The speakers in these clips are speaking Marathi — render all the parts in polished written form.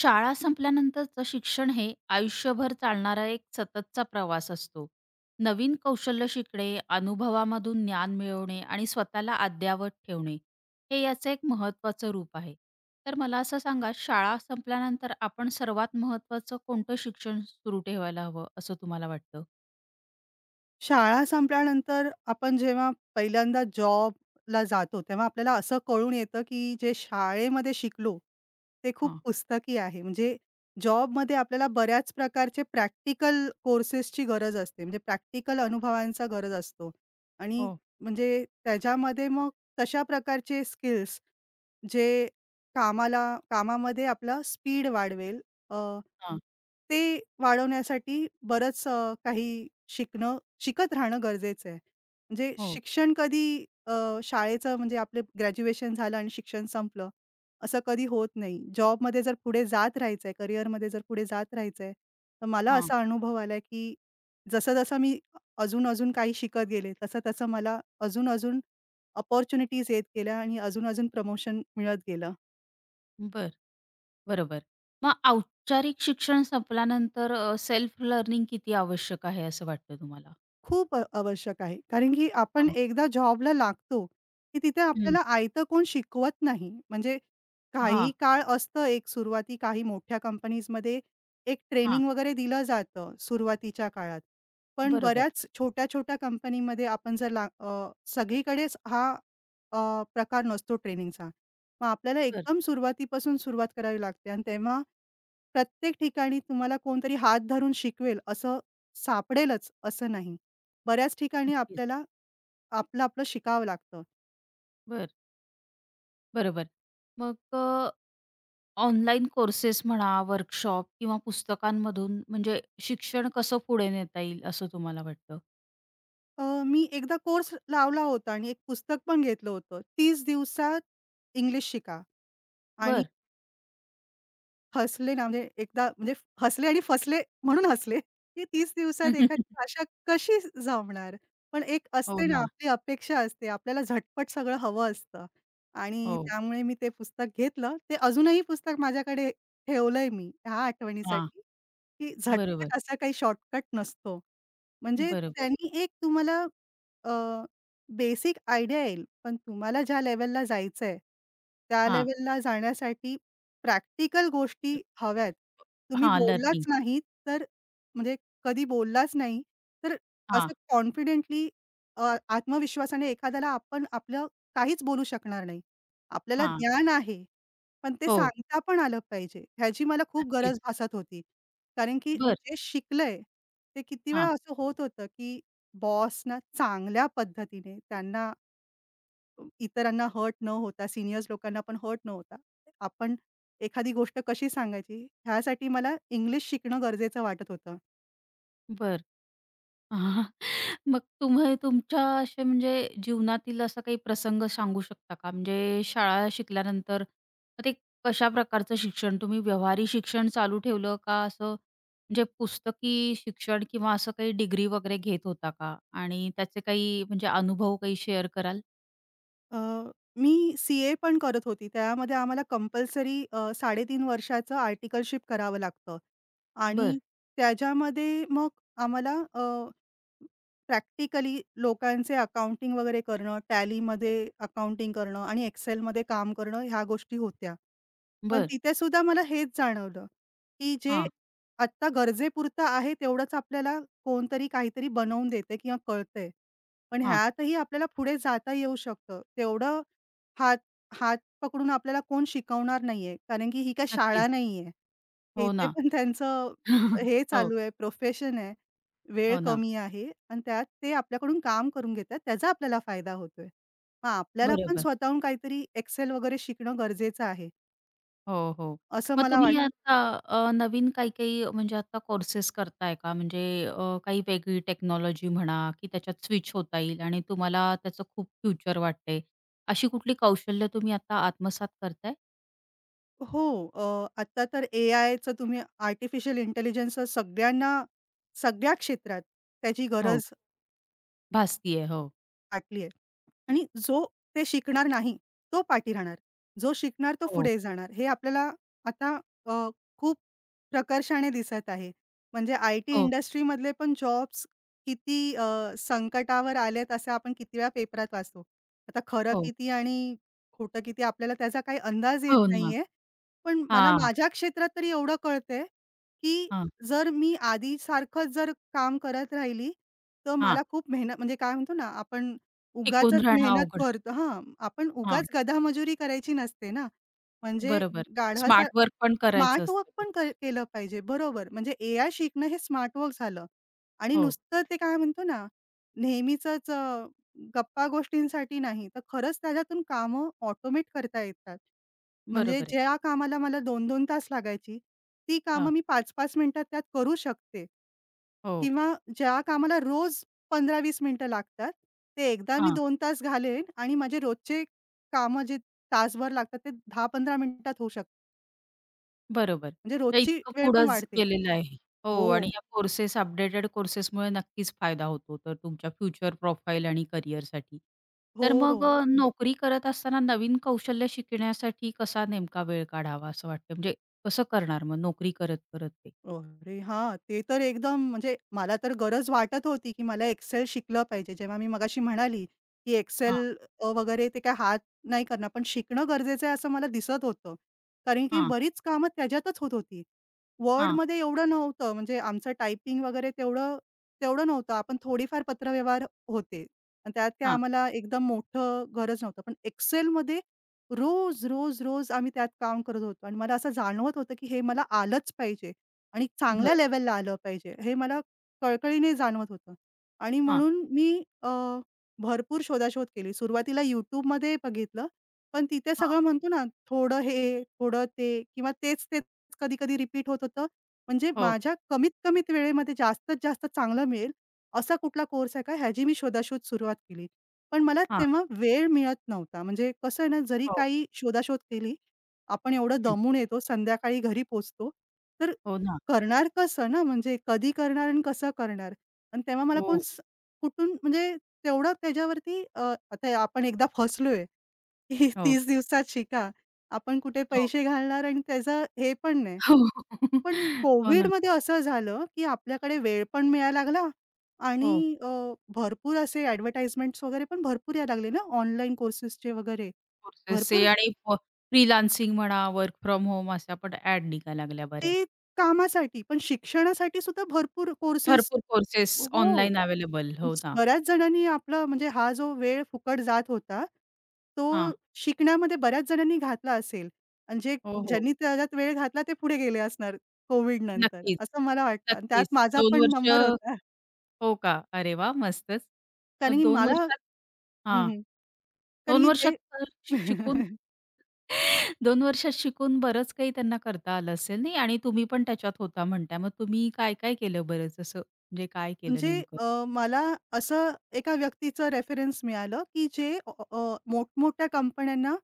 शाळा संपल्यानंतरचं शिक्षण हे आयुष्यभर चालणारा एक सततचा प्रवास असतो. नवीन कौशल्य शिकणे, अनुभवामधून ज्ञान मिळवणे आणि स्वतःला अद्ययावत ठेवणे, हे याचं एक महत्त्वाचं रूप आहे. तर मला असं सांगा, शाळा संपल्यानंतर आपण सर्वात महत्त्वाचं कोणतं शिक्षण सुरू ठेवायला हवं, असं तुम्हाला वाटतं? शाळा संपल्यानंतर आपण जेव्हा पहिल्यांदा जॉबला जातो, तेव्हा आपल्याला असं कळून येतं, की जे शाळेमध्ये शिकलो, ते खूप हां. पुस्तकी आहे. म्हणजे जॉबमध्ये आपल्याला बऱ्याच प्रकारचे प्रॅक्टिकल कोर्सेसची गरज असते. म्हणजे प्रॅक्टिकल अनुभवांचा गरज असतो आणि हो, म्हणजे त्याच्यामध्ये मग तशा प्रकारचे स्किल्स जे कामाला कामामध्ये आपला स्पीड वाढवेल अ, हां. ते वाढवण्यासाठी बरंच काही शिकत राहणं गरजेचं आहे. म्हणजे हो. शिक्षण कधी शाळेचं म्हणजे आपलं ग्रॅज्युएशन झालं आणि शिक्षण संपलं, असं कधी होत नाही. जॉबमध्ये जर पुढे जात राहायचंय, करिअरमध्ये जर पुढे जात राहायचंय, तर मला हां. असा अनुभव आला, की जसं-जसं मी अजून-अजून काही शिकत गेले, तसं-तसं मला अजून-अजून अपॉर्च्युनिटीज येत गेल्या आणि अजून-अजून प्रमोशन मिळत गेलं. बरं. बरोबर. मग औपचारिक शिक्षण संपल्यानंतर सेल्फ लर्निंग किती आवश्यक आहे, असं वाटतं तुम्हाला? खूप आवश्यक आहे. कारण की आपण हां. एकदा जॉबला लागतो, की तिथे आपल्याला आयतं कोण शिकवत नाही. म्हणजे काही हां, काळ असतं एक सुरुवाती काही मोठ्या कंपनीजमध्ये एक हां. ट्रेनिंग वगैरे दिलं जातं सुरुवातीच्या काळात. पण बरोबर. बऱ्याच छोट्या-छोट्या कंपनीमध्ये आपण जर ला सगळीकडेच हा अ, प्रकार नसतो ट्रेनिंगचा. मग आपल्याला बर. एकदम सुरुवातीपासून सुरुवात करावी लागते आणि तेव्हा प्रत्येक ठिकाणी तुम्हाला कोणतरी हात धरून शिकवेल असं सापडेलच असं नाही. बऱ्याच ठिकाणी नक्कीच. आपल्याला आपलं-आपलं शिकावं लागतं. बर. बरोबर. मग ऑनलाईन कोर्सेस म्हणा, वर्कशॉप किंवा पुस्तकांमधून म्हणजे शिक्षण कसं पुढे नेता येईल असं तुम्हाला वाटतं? मी एकदा कोर्स लावला होता आणि एक पुस्तक पण घेतलं होतं. 30 दिवसात इंग्लिश शिका आणि बरं. हसले ना, म्हणजे एकदा म्हणजे हसले आणि फसले म्हणून हसले, की 30 दिवसात एखादी भाषा कशी जमणार? पण एक हो असते ना, ना. आपली अपेक्षा असते. आपल्याला झटपट सगळं हवं असतं आणि हो. त्यामुळे मी ते पुस्तक घेतलं. ते अजूनही पुस्तक माझ्याकडे ठेवलंय मी ह्या हां. आठवणीसाठी, की बरोबर. झटपट असा काही शॉर्टकट नसतो. म्हणजे बरोबर. त्यांनी एक तुम्हाला बेसिक आयडिया येईल, पण तुम्हाला ज्या लेव्हलला जायचंय, त्या हां. लेव्हलला जाण्यासाठी प्रॅक्टिकल गोष्टी हव्यात. तुम्ही हां. बोललाच लर्निंग. नाही, तर म्हणजे कधी बोललाच नाही, तर हां, असं कॉन्फिडेंटली आत्मविश्वासाने एखाद्याला आपण आपलं काहीच बोलू शकणार नाही. आपल्याला हां. ज्ञान आहे, पण ते हो. सांगता पण आलं पाहिजे. ह्याची मला खूप नक्कीच. गरज भासत होती. कारण की बर. जे शिकलंय, ते किती वेळा हां. असं होत होतं, की बॉसना चांगल्या पद्धतीने त्यांना इतरांना हर्ट न होता, सीनियर्स लोकांना पण हर्ट न होता, आपण एखादी गोष्ट कशी सांगायची, ह्यासाठी मला इंग्लिश शिकणं गरजेचं वाटत होतं. बरं. मग तुम्ही तुमच्या असे म्हणजे जीवनातील असा काही प्रसंग सांगू शकता का? म्हणजे शाळा शिकल्यानंतर मग ते कशा प्रकारचं शिक्षण तुम्ही व्यवहारी शिक्षण चालू ठेवलं का असं म्हणजे पुस्तकी शिक्षण किंवा असं काही डिग्री वगैरे घेत होता का? आणि त्याचे काही म्हणजे अनुभव काही शेअर कराल? अ, मी सी-ए पण करत होती. त्यामध्ये आम्हाला कंपल्सरी 3.5 वर्षाचं आर्टिकलशिप करावं लागतं बरं, आणि त्याच्यामध्ये मग आम्हाला प्रॅक्टिकली लोकांचे अकाउंटिंग वगैरे करणं, टॅलीमध्ये अकाउंटिंग करणं आणि Excelमध्ये काम करणं ह्या गोष्टी होत्या. पण बरं. तिथे सुद्धा मला हेच जाणवलं, की जे हां, आत्ता गरजेपुरतं आहे तेवढंच आपल्याला कोणतरी काहीतरी बनवून देते किंवा कळतंय. पण हां. ह्यातही आपल्याला पुढे जाता येऊ शकतं. तेवढं हात हात पकडून आपल्याला कोण शिकवणार नाहीये. कारण की ही काय शाळा नक्कीच. नाहीये. हे हो इथे ना. पण त्यांचं हे हो, चालू आहे, प्रोफेशन आहे. वेळ हो ना. कमी आहे आणि त्यात ते आपल्याकडून काम करून घेतात. त्याचा आपल्याला फायदा होतोय. मग आपल्याला पण बरोबर. स्वतःहून काहीतरी एक्सेल वगैरे शिकणं गरजेचं आहे, हो, हो. असं मग मला तुम्ही वाटतं. आता नवीन काही-काही म्हणजे आता कोर्सेस करताय का? म्हणजे काही वेगळी टेक्नॉलॉजी म्हणा की त्याच्यात स्विच होता येईल आणि तुम्हाला त्याचं खूप फ्युचर वाटतंय. अशी कुठली कौशल्य तुम्ही आता आत्मसात करताय? हो, आत्ता तर एआयचं तुम्ही आर्टिफिशियल इंटेलिजन्सचं सगळ्यांना सगळ्या क्षेत्रात त्याची हो, गरज भासतीये. हो, फाटली आहे. आणि जो ते शिकणार नाही, तो पाठी राहणार. जो शिकणार तो हो, पुढे जाणार. हे आपल्याला आता अ, खूप प्रकर्षाने दिसत आहे. म्हणजे आय-टी हो, इंडस्ट्रीमधले पण जॉब्स किती संकटावर आलेत असं आपण किती वेळा पेपरात वाचतो. आता खरं हो, किती आणि खोटं किती आपल्याला त्याचा काही अंदाज येत हो ना. नाहीये. पण मला हां, माझ्या क्षेत्रात तरी एवढं कळतंय, की हां, जर मी आधीसारखंच जर काम करत राहिली, तर हां. मला खूप मेहनत म्हणजे काय म्हणतो ना आपण टिकून उगाचच राहणं मेहनत अवघड. करतो हां, आपण उगाच हां, गधा-मजुरी करायची नसते ना. म्हणजे बरोबर. गाढवासा स्मार्ट वर्क पण करायचं स्मार्ट वर्क असतं. पण केलं पाहिजे. बरोबर, म्हणजे एआय शिकणं हे स्मार्ट वर्क झालं आणि हो, नुसतं ते काय म्हणतो ना, नेहमीचंच गप्पा गोष्टींसाठी नाही, तर खरंच त्याच्यातून कामं ऑटोमेट करता येतात. म्हणजे बरोबर आहे. ज्या कामाला मला 2-2 तास लागायची, ती हां, कामं मी 5-5 मिनिटात त्यात करू शकते. हो, किंवा ज्या कामाला रोज 15-20 मिनिटं लागतात, ते एकदा मी 2 तास घालेन आणि माझे रोजचे कामं जे तासभर लागतात, ते 10-15 मिनिटात होऊ शकतात. बरोबर. म्हणजे तर रोजची इतकं वेळ पुढं पण वाढते. गेलेलं आहे. हो आणि हो. या कोर्सेस अपडेटेड कोर्सेसमुळे नक्कीच फायदा होतो तर तुमच्या फ्युचर प्रोफाईल आणि करिअरसाठी. हो, तर हो. मग नोकरी करत असताना नवीन कौशल्य शिकण्यासाठी कसा नेमका वेळ काढावा असं वाटतं? म्हणजे कसं करणार मग नोकरी करत, करत ते? अरे हां, ते तर एकदम म्हणजे मला तर गरज वाटत होती, की मला एक्सेल शिकलं पाहिजे. जेव्हा मी मगाशी म्हणाली, की एक्सेल हां, वगैरे ते काय हात नाही करणार, पण शिकणं गरजेचं आहे असं मला दिसत होतं. कारण की हां, बरीच कामं त्याच्यातच होत होती. हां, Wordमध्ये एवढं नव्हतं म्हणजे आमचं टायपिंग वगैरे तेवढं तेवढं नव्हतं. आपण थोडीफार पत्रव्यवहार होते आणि त्यात काय हां. आम्हाला एकदम मोठं गरज नव्हतं. पण एक्सेलमध्ये रोज, रोज, रोज आम्ही त्यात काम करत होतो आणि मला असं जाणवत होतं, की हे मला आलंच पाहिजे. आणि चांगल्या बरं. लेव्हलला आलं पाहिजे, हे मला कळकळीने जाणवत होतं. आणि हां, म्हणून मी अ, भरपूर शोधाशोध केली. सुरुवातीला YouTubeमध्ये बघितलं, पण तिथे हां. सगळं म्हणतो ना, थोडं हे, थोडं ते किंवा तेच-तेच कधी-कधी रिपीट होत होतं. म्हणजे हो. माझ्या कमीत-कमीत वेळेमध्ये जास्तीत जास्त चांगलं मिळेल, असा कुठला कोर्स आहे का, ह्याची मी शोधाशोध सुरुवात केली. पण मला हां. तेव्हा वेळ मिळत नव्हता. म्हणजे कसं आहे ना, जरी हो. काही शोधाशोध केली, आपण एवढं हं. दमून येतो, संध्याकाळी घरी पोहोचतो, तर हो ना. करणार कसं ना? म्हणजे कधी करणार आणि कसं करणार? आणि तेव्हा मला हो. कोण स कुठून म्हणजे तेवढं त्याच्यावरती आता आपण एकदा फसलोय, की हो. 30 दिवसात शिका. आपण कुठे हो. पैसे घालणार आणि त्याचं हे पण नाही. हो. पण हो ना. कोव्हिडमध्ये असं झालं, की आपल्याकडे वेळ पण मिळायला लागला हो. आणि अ, भरपूर असे ॲडव्हर्टाइजमेंट्स वगैरे पण भरपूर यायला लागले ना ऑनलाईन कोर्सेसचे वगैरे. कोर्सेस आहे भरपूर आणि फ्रीलान्सिंग म्हणा, वर्क फ्रॉम होम अशा पण ॲड निघायला लागल्या बऱ्याच. ते कामासाठी, पण शिक्षणासाठी सुद्धा भरपूर कोर्सेस भरपूर कोर्सेस हो. Online available. हो ना. बऱ्याच जणांनी आपला म्हणजे हा जो वेळ फुकट जात होता, तो हां. शिकण्यामध्ये बऱ्याच जणांनी घातला असेल आणि जे हो, हो. ज्यांनी त्याच्यात वेळ घातला ते पुढे गेले असणार कोविड नंतर, नक्कीच. असं मला वाटतं आणि त्यात नक्कीच. माझा 2 पण वर्ष नंबर होता. हो का? अरे वाह! मस्तच. मग कारण की 2 मला वर्षात हं, हां. हं. कारण 2 की वर्षात जे तर शिकून 2 वर्षात शिकून बरंच काही त्यांना करता आलं असेल नाही आणि तुम्ही पण त्याच्यात होता म्हणताय. मग तुम्ही काय-काय केलं बरं? जसं म्हणजे काय केलं म्हणजे नेमकं? मला असं एका व्यक्तीचं रेफरन्स मिळालं, की जे अ, अ, मोठमोठ्या कंपन्यांना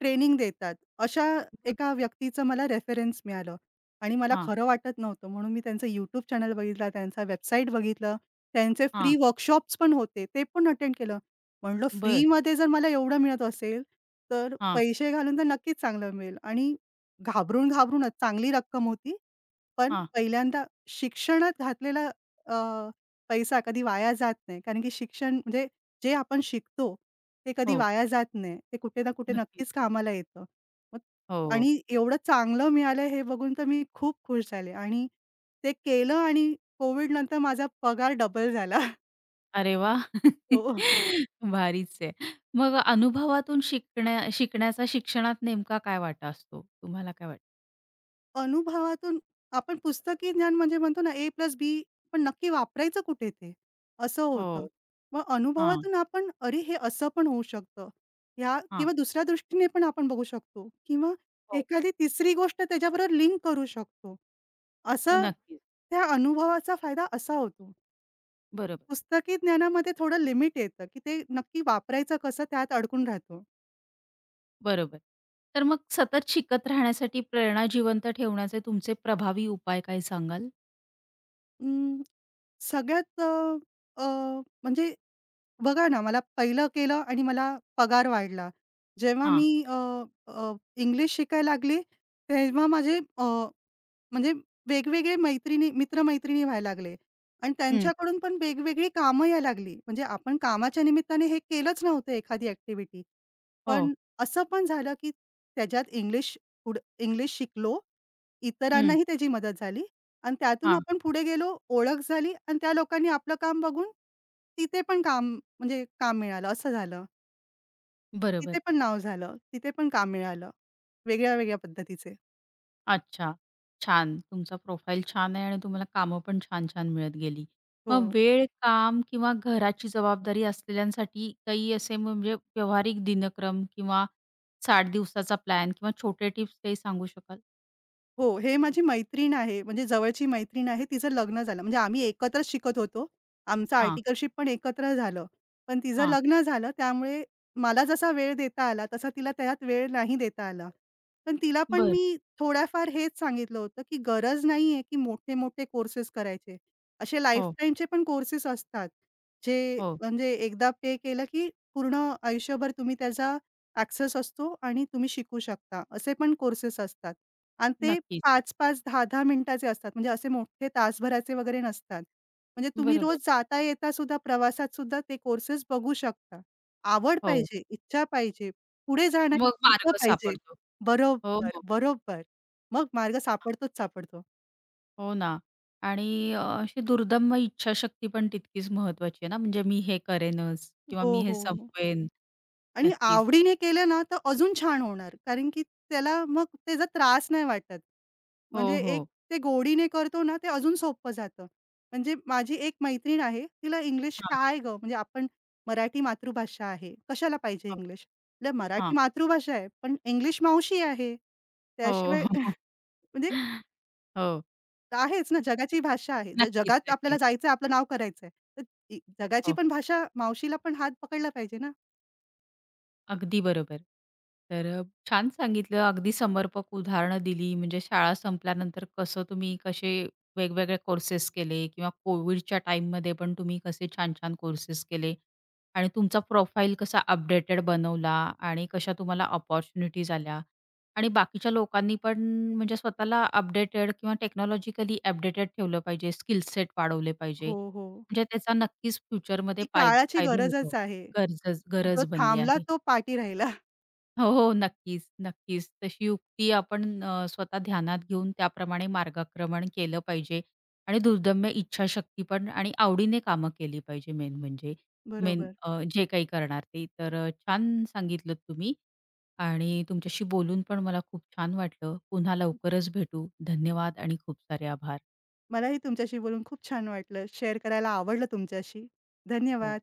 ट्रेनिंग देतात. अशा एका व्यक्तीचं मला रेफरन्स मिळालं आणि मला हां, खरं वाटत नव्हतं म्हणून मी त्यांचं YouTube चॅनल बघितला, त्यांचा वेबसाईट बघितलं, त्यांचे हां. फ्री वर्कशॉप्स पण होते, ते पण अटेंड केलं. म्हणलं बरं. फ्रीमध्ये जर मला एवढं मिळत असेल, तर हां, पैसे घालून तर नक्कीच चांगलं मिळेल आणि घाबरून, घाबरूनच चांगली रक्कम होती. पण हां. पहिल्यांदा शिक्षणात घातलेला पैसा कधी वाया जात नाही. कारण की शिक्षण म्हणजे जे आपण शिकतो, ते कधी हो, वाया जात नाही. ते कुठे ना कुठे नक्कीच. नक्कीच कामाला येतं. मग हो. हो. आणि एवढं चांगलं मिळालं हे बघून तर मी खूप खुश झाले आणि ते केलं आणि कोविडनंतर माझा पगार डबल झाला. अरे वा, हो. भारीच आहे. मग अनुभवातून शिकण्याचा शिक्षणात नेमका काय वाटा असतो? तुम्हाला काय वाटतं? अनुभवातून आपण पुस्तकी ज्ञान म्हणजे म्हणतो ना, ए प्लस बी पण नक्की वापरायचं कुठे ते? असं होतं. हो. मग हां, अनुभवातून आपण अरे, हे असं पण होऊ शकतं. ह्या हां. किंवा दुसऱ्या दृष्टीने पण आपण बघू शकतो किंवा हो. एखादी तिसरी गोष्ट त्याच्याबरोबर लिंक करू शकतो. हो, असं नक्कीच. त्या अनुभवाचा फायदा असा होतो. बरोबर, पुस्तकी ज्ञानामध्ये थोडं लिमिट येतं, की ते नक्की वापरायचं कसं त्यात अडकून राहतो. बरोबर. तर मग सतत शिकत राहण्यासाठी प्रेरणा जिवंत ठेवण्याचे तुमचे प्रभावी उपाय काय सांगाल? अं, सगळ्यात अ, अ, म्हणजे बघा ना, मला पहिलं केलं आणि मला पगार वाढला. जेव्हा हां. मी अ, अ, इंग्लिश शिकायला लागली, तेव्हा माझे म्हणजे वेगवेगळे मैत्रिणी मित्र-मैत्रिणी व्हायला लागले आणि हं. त्यांच्याकडून पण वेगवेगळी कामं यायला लागली. म्हणजे आपण कामाच्या निमित्ताने हे केलंच नव्हतं एखादी ॲक्टिव्हिटी. हो. पण असं पण झालं, की त्याच्यात इंग्लिश इंग्लिश शिकलो. हं. इतरांनाही त्याची मदत झाली आणि त्यातून हां, आपण पुढे गेलो, ओळख झाली आणि त्या लोकांनी आपलं काम बघून तिथे पण काम म्हणजे काम मिळालं असं झालं. तिथे बरोबर. पण नाव झालं. तिथे पण काम मिळालं वेगळ्या-वेगळ्या पद्धतीचे. अच्छा. छान. तुमचा प्रोफाईल छान आहे आणि तुम्हाला कामं पण छान-छान मिळत गेली. हो. मग वेळ, काम किंवा घराची जबाबदारी असलेल्यांसाठी काही असे म्हणजे व्यावहारिक दिनक्रम किंवा 60 दिवसाचा प्लॅन किंवा छोटे टिप्स काही सांगू शकाल? हो, हे माझी मैत्रीण आहे, म्हणजे जवळची मैत्रीण आहे. तिचं लग्न झालं. म्हणजे आम्ही एकत्रच शिकत होतो. आमचं हां, आर्टिकलशिप पण एकत्र झालं. पण तिचं हां. लग्न झालं, त्यामुळे मला जसा वेळ देता आला, तसा तिला त्यात वेळ नाही देता आला. पण तिला पण बरं. मी थोड्याफार हेच सांगितलं होतं, की गरज नाहीये, की मोठे-मोठे कोर्सेस करायचे. असे हो, लाईफटाईमचे पण कोर्सेस असतात, जे हो. म्हणजे एकदा पे केलं, की पूर्ण आयुष्यभर तुम्ही त्याचा ॲक्सेस असतो आणि तुम्ही शिकू शकता. असे पण कोर्सेस असतात आणि ते नक्कीच. 5-5, 10-10 मिनिटाचे असतात. म्हणजे असे मोठे तासभराचे वगैरे नसतात. म्हणजे तुम्ही रोज बरोबर. जाता येता सुद्धा प्रवासात सुद्धा ते कोर्सेस बघू शकता. आवड हो. पाहिजे, इच्छा पाहिजे, पुढे मग जाण्याची जिद्द मार्ग पाहिजे. सापडतो. हो, बरोबर, हो. बरोबर. मग मार्ग सापडतोच सापडतो. हो ना. आणि अशी दुर्दम्य इच्छाशक्ती पण तितकीच महत्वाची आहे ना, म्हणजे मी हे करेनच किंवा हो, मी हे हो. संपवेन. आणि नक्कीच. आवडीने केलं ना, तर अजून छान होणार. कारण की त्याला मग त्याचा त्रास नाही वाटत. हो, म्हणजे एक हो. ते गोडीने करतो ना, ते अजून सोपं जातं. म्हणजे माझी एक मैत्रीण आहे, तिला इंग्लिश हां, काय गं, म्हणजे आपण मराठी मातृभाषा आहे, कशाला पाहिजे हो, इंग्लिश? आपल्या मराठी हां. मातृभाषा आहे, पण इंग्लिश मावशी आहे. हो, त्याशिवाय हो. म्हणजे हो. आहेच ना, जगाची भाषा आहे. नक्कीच, जगात आपल्याला नक्कीच. जायचं आपलं नाव करायचं तर जगाची हो. पण भाषा मावशीला पण हात पकडला पाहिजे ना. अगदी बरोबर. तर छान सांगितलं. अगदी समर्पक उदाहरणं दिली. म्हणजे शाळा संपल्यानंतर कसं तुम्ही कसे वेगवेगळे कोर्सेस केले किंवा कोविडच्या टाईममध्ये पण तुम्ही कसे छान-छान कोर्सेस केले आणि तुमचा प्रोफाईल कसा अपडेटेड बनवला आणि कशा तुम्हाला अपॉर्च्युनिटीज आल्या आणि बाकीच्या लोकांनी पण म्हणजे स्वतःला अपडेटेड किंवा टेक्नॉलॉजिकली अपडेटेड ठेवलं पाहिजे, स्किल सेट वाढवले पाहिजे. हो, हो. म्हणजे त्याचा नक्कीच फ्युचरमध्ये ती काळाची फायदा होतो. गरजच आहे. गरज जो गरज बनली थांबला आहे. तो पाठी राहिला. हो, हो. नक्कीच, नक्कीच. तशी युक्ती आपण स्वतः ध्यानात घेऊन त्याप्रमाणे मार्गक्रमण केलं पाहिजे आणि दुर्दम्य इच्छाशक्ती पण आणि आवडीने कामं केली पाहिजे मेन म्हणजे. मेन बरोबर. जे काही करणार ते. तर छान सांगितलत तुम्ही आणि तुमच्याशी बोलून पण मला खूप छान वाटलं. पुन्हा लवकरच भेटू. धन्यवाद आणि खूप सारे आभार. मलाही तुमच्याशी बोलून खूप छान वाटलं. शेअर करायला आवडलं तुमच्याशी. हो. धन्यवाद.